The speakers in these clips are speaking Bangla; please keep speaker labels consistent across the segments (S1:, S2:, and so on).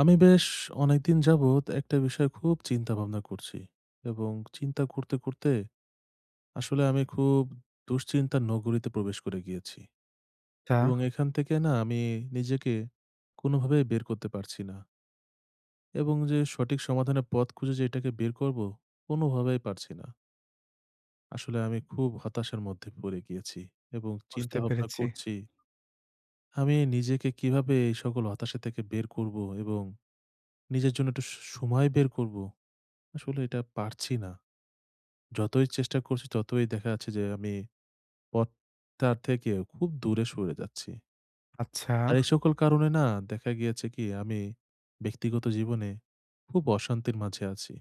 S1: আমি বেশ অনেকদিন যাবৎ একটা বিষয় খুব চিন্তা ভাবনা করছি এবং চিন্তা করতে করতে আসলে আমি খুব দুশ্চিন্তার নগরীতে প্রবেশ করে গিয়েছি।
S2: আচ্ছা,
S1: এবং এখান থেকে না আমি নিজেকে কোনোভাবেই বের করতে পারছি না, এবং যে সঠিক সমাধানের পথ খুঁজে যে এটাকে বের করব কোনোভাবেই পারছি না। আসলে আমি খুব হতাশার মধ্যে পড়ে গিয়েছি এবং চিন্তা
S2: বুঝতে
S1: ভাবনা
S2: পেরেছি।
S1: করছি আমি নিজেকে কিভাবে এই সকল হতাশা থেকে বের করব এবং নিজের জন্য একটু সময় বের করব, আসলে এটা পারছি না। যতই চেষ্টা করছি ততই দেখা যাচ্ছে যে আমি পথটার থেকে খুব দূরে সরে যাচ্ছি।
S2: আচ্ছা,
S1: আর এই সকল কারণে না দেখা গিয়েছে কি আমি ব্যক্তিগত জীবনে খুব অশান্তির মাঝে আছি।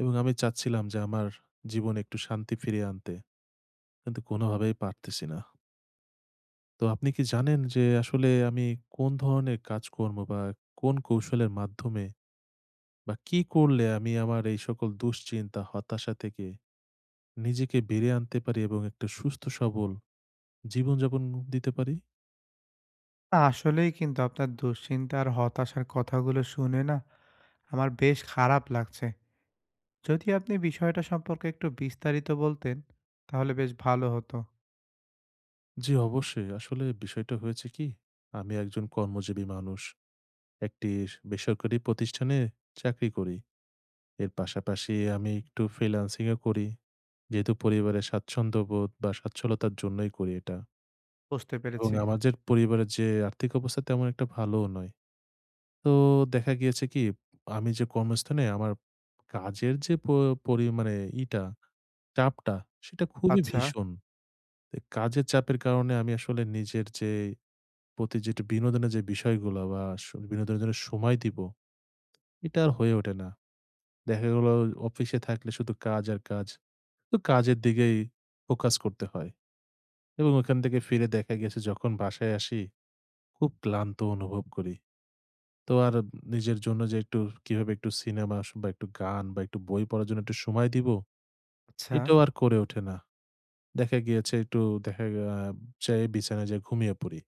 S1: এবং আমি চাচ্ছিলাম যে আমার জীবনে একটু শান্তি ফিরিয়ে আনতে, কিন্তু কোনোভাবেই পারতেছি না। তো আপনি কি জানেন যে আসলে আমি কোন ধরনের কাজকর্ম বা কোন কৌশলের মাধ্যমে বা কি করলে আমি আমার এই সকল দুশ্চিন্তা, হতাশা থেকে নিজেকে বেরিয়ে আনতে পারি এবং একটা সুস্থ সবল জীবনযাপন দিতে পারি?
S2: না আসলেই কিন্তু আপনার দুশ্চিন্তা আর হতাশার কথাগুলো শুনে না আমার বেশ খারাপ লাগছে। যদি আপনি বিষয়টা সম্পর্কে একটু বিস্তারিত বলতেন, তাহলে বেশ ভালো হতো।
S1: জি, অবশ্যই। আসলে বিষয়টা হয়েছে কি, আমি একজন কর্মজীবী মানুষ। একটি বেসরকারি প্রতিষ্ঠানে চাকরি করি। এর পাশাপাশি আমি একটু ফ্রিল্যান্সিং ও করি। যেহেতু পরিবারের স্বাচ্ছন্দ্যবোধ বা সচ্ছলতার জন্যই করি এটা।
S2: বুঝতে
S1: এবং
S2: পেরেছি।
S1: আমাদের পরিবারের যে আর্থিক অবস্থা তেমন একটা ভালোও নয়। তো দেখা গিয়েছে কি আমি যে কর্মস্থানে আমার কাজের যে প পরি মানে ইটা, চাপটা সেটা খুবই
S2: আচ্ছা,
S1: ভীষণ। তো কাজের চাপের কারণে আমি আসলে নিজের যে প্রতি যেটা বিনোদনের যে বিষয়গুলো বা বিনোদনের জন্য সময় দিব, এটা আর হয়ে ওঠে না। দেখা গেল অফিসে থাকলে শুধু কাজ আর কাজ। তো কাজের দিকেই ফোকাস করতে হয় এবং ওখান থেকে ফিরে দেখা গেছে যখন বাসায় আসি, খুব ক্লান্ত অনুভব করি। তো আর নিজের জন্য যে একটু কিভাবে একটু সিনেমা বা একটু গান বা একটু বই পড়ার জন্য একটু সময় দিব,
S2: আচ্ছা,
S1: এটাও আর করে ওঠে না। দেখা গিয়েছে একটু দেখা গা যেয়ে বিছানায় যেয়ে ঘুমিয়ে পড়ি।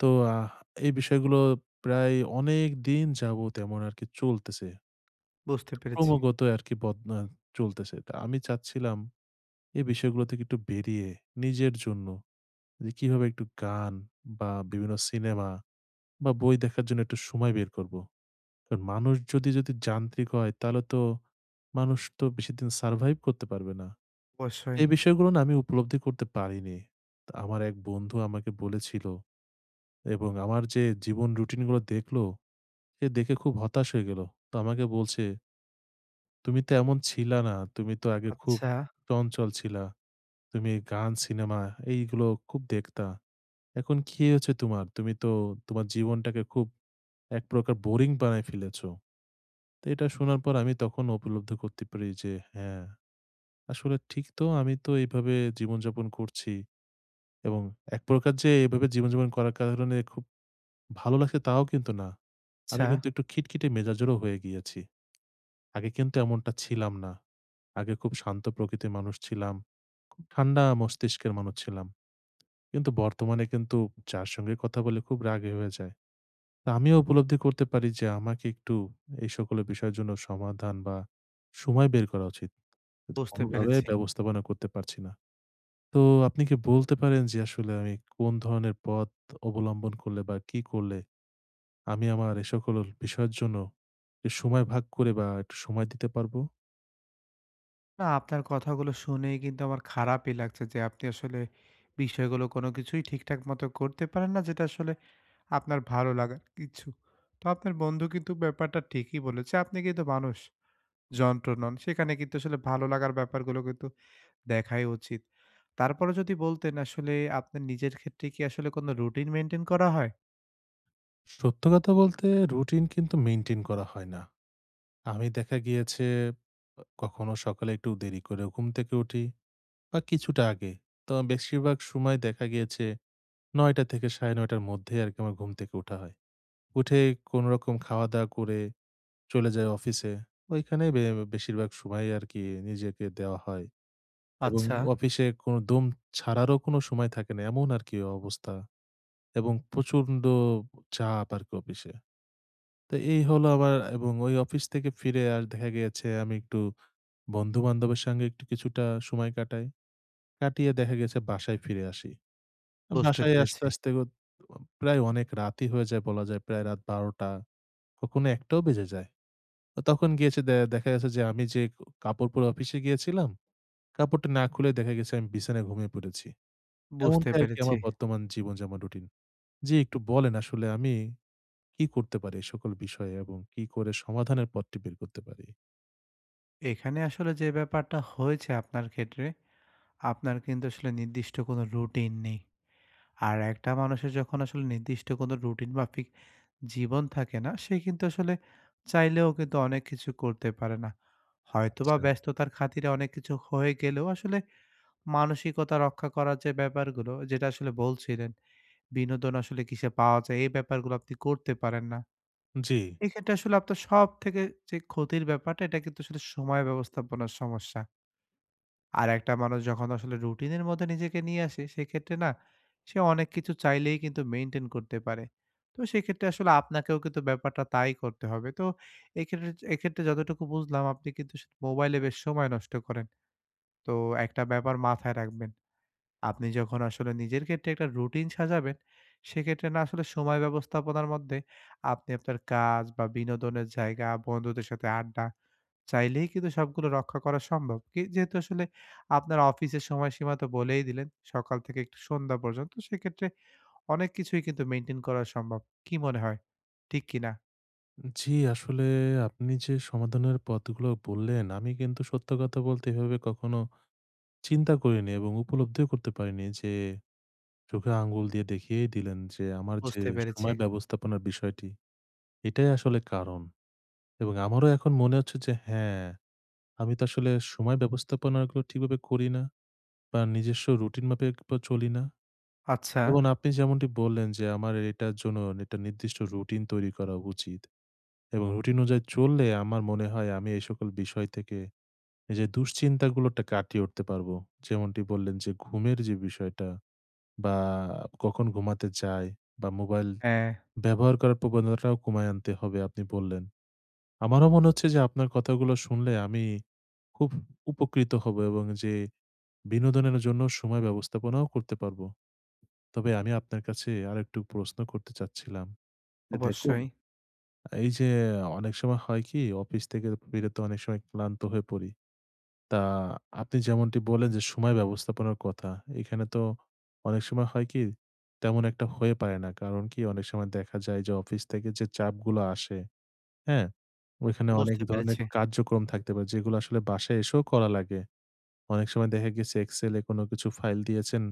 S1: তো আহ এই বিষয়গুলো প্রায় অনেকদিন যাবত এমন আরকি চলতেছে।
S2: বুঝতে পেরেছি।
S1: ক্রমাগত আরকি বদ আ চলতেছে। তা আমি চাচ্ছিলাম এই বিষয়গুলো থেকে একটু বেরিয়ে নিজের জন্য যে কিভাবে একটু গান বা বিভিন্ন সিনেমা বা বই দেখার জন্য একটু সময় বের করব। কারণ মানুষ যদি যদি যান্ত্রিক হয় তাহলে তো মানুষ তো বেশিদিন সার্ভাইভ করতে পারবে না।
S2: অবশ্যই।
S1: এই বিষয়গুলো না আমি উপলব্ধি করতে পারিনি। তো আমার এক বন্ধু আমাকে বলেছিল এবং আমার যে জীবন রুটিন গুলো দেখলো, সে দেখে খুব হতাশ হয়ে গেল। তো আমাকে বলছে, "তুমি তো এমন ছিলা না। তুমি তো আগে খুব
S2: আচ্ছা,
S1: চঞ্চল ছিলা। তুমি গান, সিনেমা এইগুলো খুব দেখতা। এখন কি হয়েছে তোমার? তুমি তো তোমার জীবনটাকে খুব এক প্রকার বোরিং বানায় ফেলেছো।" তো এটা শোনার পর আমি তখন উপলব্ধি করতে পারি যে হ্যাঁ, আসলে ঠিক তো, আমি তো এইভাবে জীবনযাপন করছি এবং এক প্রকার যে এভাবে জীবনযাপন করার কারণে খুব ভালো লাগছে তাও কিন্তু না। আমি
S2: আচ্ছা,
S1: কিন্তু একটু খিটখিটে মেজাজেরও হয়ে গিয়েছি। আগে কিন্তু এমনটা ছিলাম না। আগে খুব শান্ত প্রকৃতির মানুষ ছিলাম। খুব ঠান্ডা মস্তিষ্কের মানুষ ছিলাম। কিন্তু বর্তমানে কিন্তু যার সঙ্গে কথা বলে খুব রাগী হয়ে যায়। তো আমিও উপলব্ধি করতে পারি যে আমাকে একটু এই সকল বিষয়ের জন্য সমাধান বা সময় বের করা উচিত। কিন্তু
S2: বুঝতে
S1: কোনোভাবে
S2: পেরেছি।
S1: ব্যবস্থাপনা করতে পারছি না। তো আপনি কি বলতে পারেন যে আসলে আমি কোন ধরনের পথ অবলম্বন করলে বা কি করলে আমি আমার এ সকল বিষয়ের জন্য একটু সময় ভাগ করে বা একটু সময় দিতে পারবো?
S2: না আপনার কথাগুলো শুনেই কিন্তু আমার খারাপই লাগছে যে আপনি আসলে বিষয়গুলো কোনো কিছুই ঠিকঠাক মতো করতে পারেন না, যেটা আসলে আপনার ভালো লাগার কিছু। তো আপনার বন্ধু কিন্তু ব্যাপারটা ঠিকই বলেছে। আপনি কিন্তু মানুষ, যন্ত্র নন। সেখানে কিন্তু আসলে ভালো লাগার ব্যাপারগুলো কিন্তু দেখাই উচিত। তারপরে যদি বলতেন আসলে আপনার নিজের ক্ষেত্রে কি আসলে কোনো রুটিন মেইনটেইন করা হয়?
S1: সত্য কথা বলতে, রুটিন কিন্তু মেইনটেইন করা হয় না। আমি দেখা গিয়েছে কখনো সকালে একটু দেরি করে ঘুম থেকে উঠি বা কিছুটা আগে। তো বেশিরভাগ সময় দেখা গিয়েছে ৯:০০ থেকে ৯:৩০ র মধ্যেই আরকি আমার ঘুম থেকে উঠা হয়। উঠে কোনরকম খাওয়া-দাওয়া করে চলে যাই অফিসে। ওইখানেই বেশিরভাগ সময় আরকি নিজেকে দেওয়া হয়। এবং
S2: আচ্ছা,
S1: অফিসে কোনো দম ছাড়ারও কোনো সময় থাকে না। এমন আরকি অবস্থা। এবং প্রচন্ড চাপ আরকি অফিসে। তো এই হলো আমার, এবং ওই অফিস থেকে ফিরে আর দেখা গিয়েছে আমি একটু বন্ধু-বান্ধবের সঙ্গে একটু কিছুটা সময় কাটাই। কাটিয়ে দেখা গেছে বাসায় ফিরে আসি।
S2: বুঝতে
S1: বাসায় আসতে,
S2: পেরেছি।
S1: আসতে ও প্রায় অনেক রাতই হয়ে যায় বলা যায়। প্রায় রাত ১২:০০, কখনো ১:০০ টাও বেজে যায়। তো তখন গিয়েছে দেখা গেছে যে আমি যে কাপড় পরে অফিসে গিয়েছিলাম, কাপড়টা না খুলে দেখা গেছে আমি বিছানায় ঘুমিয়ে পড়েছি।
S2: বুঝতে
S1: এমনটাই আরকি
S2: পেরেছি।
S1: আমার বর্তমান জীবনযাপন রুটিন। জি, একটু বলেন আসলে আমি কি করতে পারি এই সকল বিষয়ে এবং কি করে সমাধানের পথটি বের করতে পারি?
S2: এখানে আসলে যে ব্যাপারটা হয়েছে আপনার ক্ষেত্রে, আপনার কিন্তু আসলে নির্দিষ্ট কোনো রুটিন নেই। আর একটা মানুষের যখন আসলে নির্দিষ্ট কোনো রুটিন মাফিক জীবন থাকে না, সে কিন্তু আসলে চাইলেও কিন্তু অনেক কিছু করতে পারে না। হয়তোবা
S1: আচ্ছা।
S2: ব্যস্ততার খাতিরে অনেক কিছু হয়ে গেলেও আসলে মানসিকতা রক্ষা করার যে ব্যাপারগুলো, যেটা আসলে বলছিলেন, বিনোদন আসলে কিসে পাওয়া যায় এই ব্যাপারগুলো আপনি করতে পারেন না।
S1: জি,
S2: এক্ষেত্রে আসলে আপনার সবথেকে যে ক্ষতির ব্যাপারটা এটা কিন্তু আসলে সময় ব্যবস্থাপনার সমস্যা। আর একটা মানুষ যখন আসলে রুটিনের মধ্যে নিজেকে নিয়ে আসে, সেক্ষেত্রে না সে অনেক কিছু চাইলেই কিন্তু মেইনটেইন করতে পারে। তো সেক্ষেত্রে আসলে আপনাকেও কিন্তু ব্যাপারটা তাই করতে হবে। তো এক্ষেত্রে এক্ষেত্রে যতটুকু বুঝলাম আপনি কিন্তু মোবাইলে বেশ সময় নষ্ট করেন। তো একটা ব্যাপার মাথায় রাখবেন। আপনি যখন আসলে নিজের ক্ষেত্রে একটা রুটিন সাজাবেন, সেক্ষেত্রে না আসলে সময় ব্যবস্থাপনার মধ্যে আপনি আপনার কাজ বা বিনোদনের জায়গা, বন্ধুদের সাথে আড্ডা চাইলেই কিন্তু সবগুলো রক্ষা করা সম্ভব। কি যেহেতু আসলে আপনার অফিসের সময়সীমা তো বলেই দিলেন, সকাল থেকে একটু সন্ধ্যা পর্যন্ত। সেক্ষেত্রে অনেক কিছুই কিন্তু মেইনটেইন করা সম্ভব। কি মনে হয়? ঠিক কি না?
S1: জি, আসলে আপনি যে সমাধানের পথগুলো বললেন, আমি কিন্তু সত্য কথা বলতে এভাবে কখনো চিন্তা করিনি এবং উপলব্ধিও করতে পারিনি যে, চোখে আঙ্গুল দিয়ে দেখিয়েই দিলেন যে আমার যে
S2: বুঝতে পেরেছি।
S1: সময় ব্যবস্থাপনার বিষয়টি এটাই আসলে কারণ। এবং আমারও এখন মনে হচ্ছে যে হ্যাঁ, আমি তো আসলে সময় ব্যবস্থাপনাগুলো ঠিকভাবে করি না বা নিজস্ব রুটিন মাফিক চলি না।
S2: আচ্ছা,
S1: এবং আপনি যেমনটি বললেন যে আমার এটার জন্য একটা নির্দিষ্ট রুটিন তৈরি করা উচিত। এবং রুটিন অনুযায়ী চললে আমার মনে হয় আমি এই সকল বিষয় থেকে নিজের দুশ্চিন্তাগুলোটা কাটিয়ে উঠতে পারবো। যেমনটি বললেন যে ঘুমের যে বিষয়টা বা কখন ঘুমাতে যাই বা মোবাইল
S2: হ্যাঁ,
S1: ব্যবহার করার প্রবণতাটাও কমায় আনতে হবে আপনি বললেন। আমারও মনে হচ্ছে যে আপনার কথাগুলো শুনলে আমি খুব উপকৃত হব এবং যে বিনোদনের জন্য সময় ব্যবস্থাপনাও করতে পারবো। তবে আমি আপনার কাছে আরেকটু প্রশ্ন করতে চাচ্ছিলাম। যে দেখুন,
S2: অবশ্যই।
S1: এই যে অনেক সময় হয় কি অফিস থেকে ফিরে তো অনেক সময় ক্লান্ত হয়ে পড়ি। তা আপনি যেমনটি বললেন যে সময় ব্যবস্থাপনার কথা, এখানে তো অনেক সময় হয় কি তেমন একটা হয়ে পারে না। কারণ কি অনেক সময় দেখা যায় যে অফিস থেকে যে চাপগুলো আসে, হ্যাঁ? ওইখানে অনেক
S2: বুঝতে
S1: ধরনের
S2: পেরেছি।
S1: কার্যক্রম থাকতে পারে যেগুলো আসলে বাসায় এসেও করা লাগে। অনেক সময় দেখা গেছে Excel এ কোনো কিছু ফাইল দিয়েছেন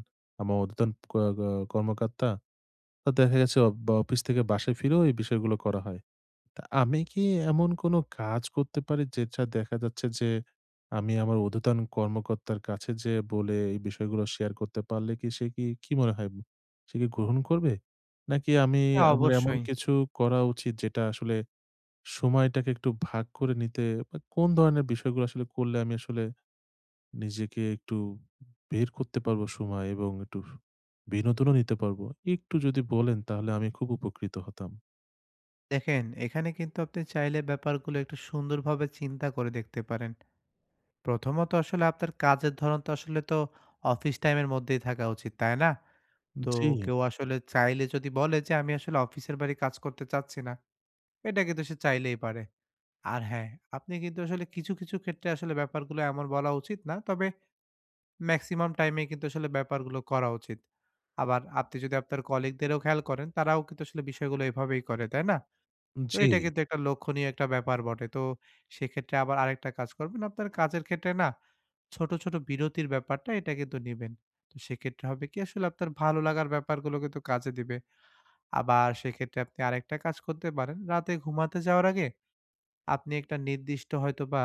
S1: আমার ঊর্ধ্বতন ক গ কর্মকর্তা। তো দেখা গেছে অফিস থেকে বাসায় ফিরেও এই বিষয়গুলো করা হয়। তা আমি কি এমন কোনো কাজ করতে পারি যেটা দেখা যাচ্ছে যে আমি আমার ঊর্ধ্বতন কর্মকর্তার কাছে যেয়ে বলে এই বিষয়গুলো শেয়ার করতে পারলে কি সে, কি মনে হয়? সে কি গ্রহণ করবে? নাকি আমি
S2: হ্যাঁ,
S1: আমার এমন
S2: অবশ্যই।
S1: কিছু করা উচিত যেটা আসলে সময়টাকে একটু ভাগ করে নিতে বা কোন ধরনের বিষয়গুলো আসলে করলে আমি আসলে নিজেকে একটু বের করতে পারবো সময়, এবং একটু বিনোদনও নিতে পারবো? একটু যদি বলেন তাহলে আমি খুব উপকৃত হতাম।
S2: দেখেন, এখানে কিন্তু আপনি চাইলে ব্যাপারগুলো একটু সুন্দরভাবে চিন্তা করে দেখতে পারেন। প্রথমত আসলে আপনার কাজের ধরন তো আসলে তো অফিস টাইমের মধ্যেই থাকা উচিত, তাই না? তো
S1: জি,
S2: কেউ আসলে চাইলে যদি বলে যে, "আমি আসলে অফিসের বাইরে কাজ করতে চাচ্ছি না," এটা কিন্তু সে চাইলেই পারে। আর হ্যাঁ, আপনি কিন্তু আসলে কিছু, কিছু ক্ষেত্রে আসলে ব্যাপারগুলো এমন বলা উচিত না। তবে মেক্সিমাম টাইমে কিন্তু আসলে ব্যাপারগুলো করা উচিত। আবার আপনি যদি আপনার কলিগদেরও খেয়াল করেন, তারাও কিন্তু আসলে বিষয়গুলো এভাবেই করে, তাই না? তো
S1: জি।
S2: এটা কিন্তু একটা লক্ষণীয় একটা ব্যাপার বটে। তো সেক্ষেত্রে আবার আরেকটা কাজ করবেন, আপনার কাজের ক্ষেত্রে না ছোট, ছোট বিরতির ব্যাপারটা এটা কিন্তু নিবেন। তো সেক্ষেত্রে হবে কি আসলে আপনার ভালো লাগার ব্যাপারগুলো কিন্তু কাজে দিবে। আবার সেক্ষেত্রে আপনি আরেকটা কাজ করতে পারেন। রাতে ঘুমাতে যাওয়ার আগে আপনি একটা নির্দিষ্ট হয়তোবা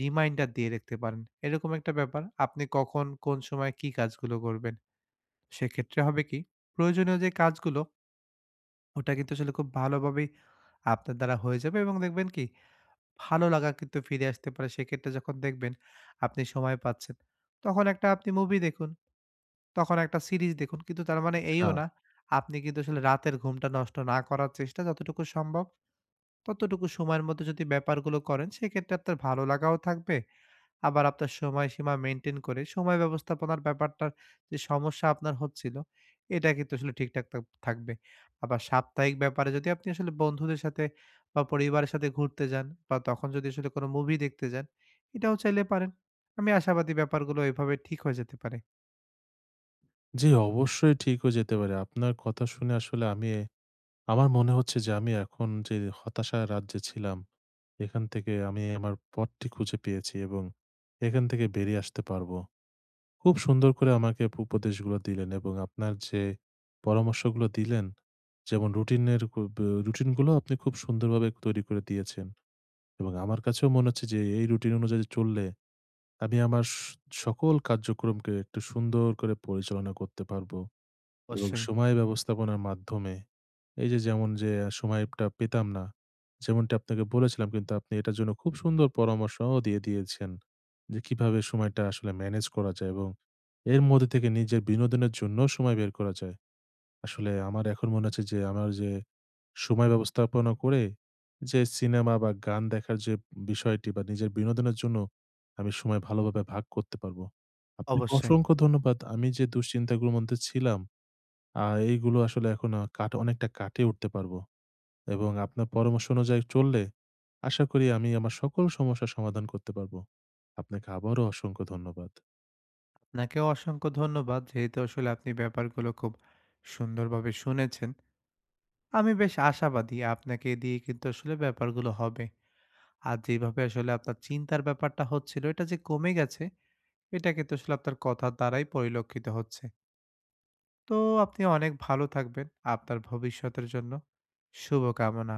S2: রিমাইন্ডার দিয়ে রাখতে পারেন। এরকম একটা ব্যাপার। আপনি কখন, কোন সময় কি কাজগুলো করবেন। সেক্ষেত্রে হবে কি? প্রয়োজনীয় যে কাজগুলো ওটা কিন্তু আসলে খুব ভালোভাবেই আপনার দ্বারা হয়ে যাবে এবং দেখবেন কি ভালো লাগা কিন্তু ফিরে আসতে পারে। সেক্ষেত্রে যখন দেখবেন আপনি সময় পাচ্ছেন, তখন একটা আপনি মুভি দেখুন, তখন একটা সিরিজ দেখুন। কিন্তু তার মানে
S1: আচ্ছা।
S2: এইও না আপনি কিন্তু আসলে রাতের ঘুমটা নষ্ট না করার চেষ্টা যতটুকু সম্ভব ততটুকু সময়ের মধ্যে যদি ব্যাপারগুলো করেন সেক্ষেত্রে আপনার ভালো লাগাও থাকবে। আবার আপনার সময়সীমা মেইনটেইন করে সময় ব্যবস্থাপনার ব্যাপারটার যে সমস্যা আপনার হচ্ছিল, এটা কিন্তু আসলে ঠিকঠাক থাকবে। আবার সাপ্তাহিক ব্যাপারে যদি আপনি আসলে বন্ধুদের সাথে বা পরিবারের সাথে ঘুরতে যান বা তখন যদি আসলে কোনো মুভি দেখতে যান, এটাও চাইলে পারেন। আমি আশাবাদী ব্যাপারগুলো এভাবে ঠিক হয়ে যেতে পারে।
S1: জি, অবশ্যই ঠিক হয়ে যেতে পারে। আপনার কথা শুনে আসলে আমি, আমার মনে হচ্ছে যে আমি এখন যে হতাশার রাজ্যে ছিলাম, এখান থেকে আমি আমার পথটি খুঁজে পেয়েছি এবং এখান থেকে বেরিয়ে আসতে পারবো। খুব সুন্দর করে আমাকে উপদেশগুলো দিলেন এবং আপনার যে পরামর্শগুলো দিলেন, যেমন রুটিনের কু ব রুটিনগুলো আপনি খুব সুন্দরভাবে তৈরি করে দিয়েছেন এবং আমার কাছেও মনে হচ্ছে যে এই রুটিন অনুযায়ী চললে আমি আমার সকল কার্যক্রমকে একটু সুন্দর করে পরিচালনা করতে পারবো এবং
S2: অবশ্যই,
S1: সময় ব্যবস্থাপনার মাধ্যমে এই যে যেমন যে সময়টা পেতাম না, যেমনটা আপনাকে বলেছিলাম, কিন্তু আপনি এটার জন্য খুব সুন্দর পরামর্শও দিয়ে দিয়েছেন যে কিভাবে সময়টা আসলে ম্যানেজ করা যায় এবং এর মধ্যে থেকে নিজের বিনোদনের জন্য সময় বের করা যায়। আসলে আমার এখন মনে হচ্ছে যে আমার যে সময় ব্যবস্থাপনা করে যে সিনেমা বা গান দেখার যে বিষয়টি বা নিজের বিনোদনের জন্য আমি সময় ভালোভাবে ভাগ করতে পারবো। আপনাকে
S2: অবশ্যই।
S1: অসংখ্য ধন্যবাদ। আমি যে দুশ্চিন্তাগুলোর মধ্যে ছিলাম, এইগুলো আসলে এখন আ কাট অনেকটা কাটিয়ে উঠতে পারবো। এবং আপনার পরামর্শ অনুযায়ী চললে আশা করি আমি আমার সকল সমস্যার সমাধান করতে পারবো। আপনাকে আবারও অসংখ্য ধন্যবাদ।
S2: আপনাকেও অসংখ্য ধন্যবাদ। যেহেতু আসলে আপনি ব্যাপারগুলো খুব সুন্দরভাবে শুনেছেন। আমি বেশ আশাবাদী আপনাকে দিয়ে কিন্তু আসলে ব্যাপারগুলো হবে। আর যেভাবে আসলে আপনার চিন্তার ব্যাপারটা হচ্ছিল, এটা যে কমে গেছে, এটা কিন্তু আসলে আপনার কথার দ্বারাই পরিলক্ষিত হচ্ছে। তো আপনি অনেক ভালো থাকবেন। আপনার ভবিষ্যতের জন্য শুভকামনা।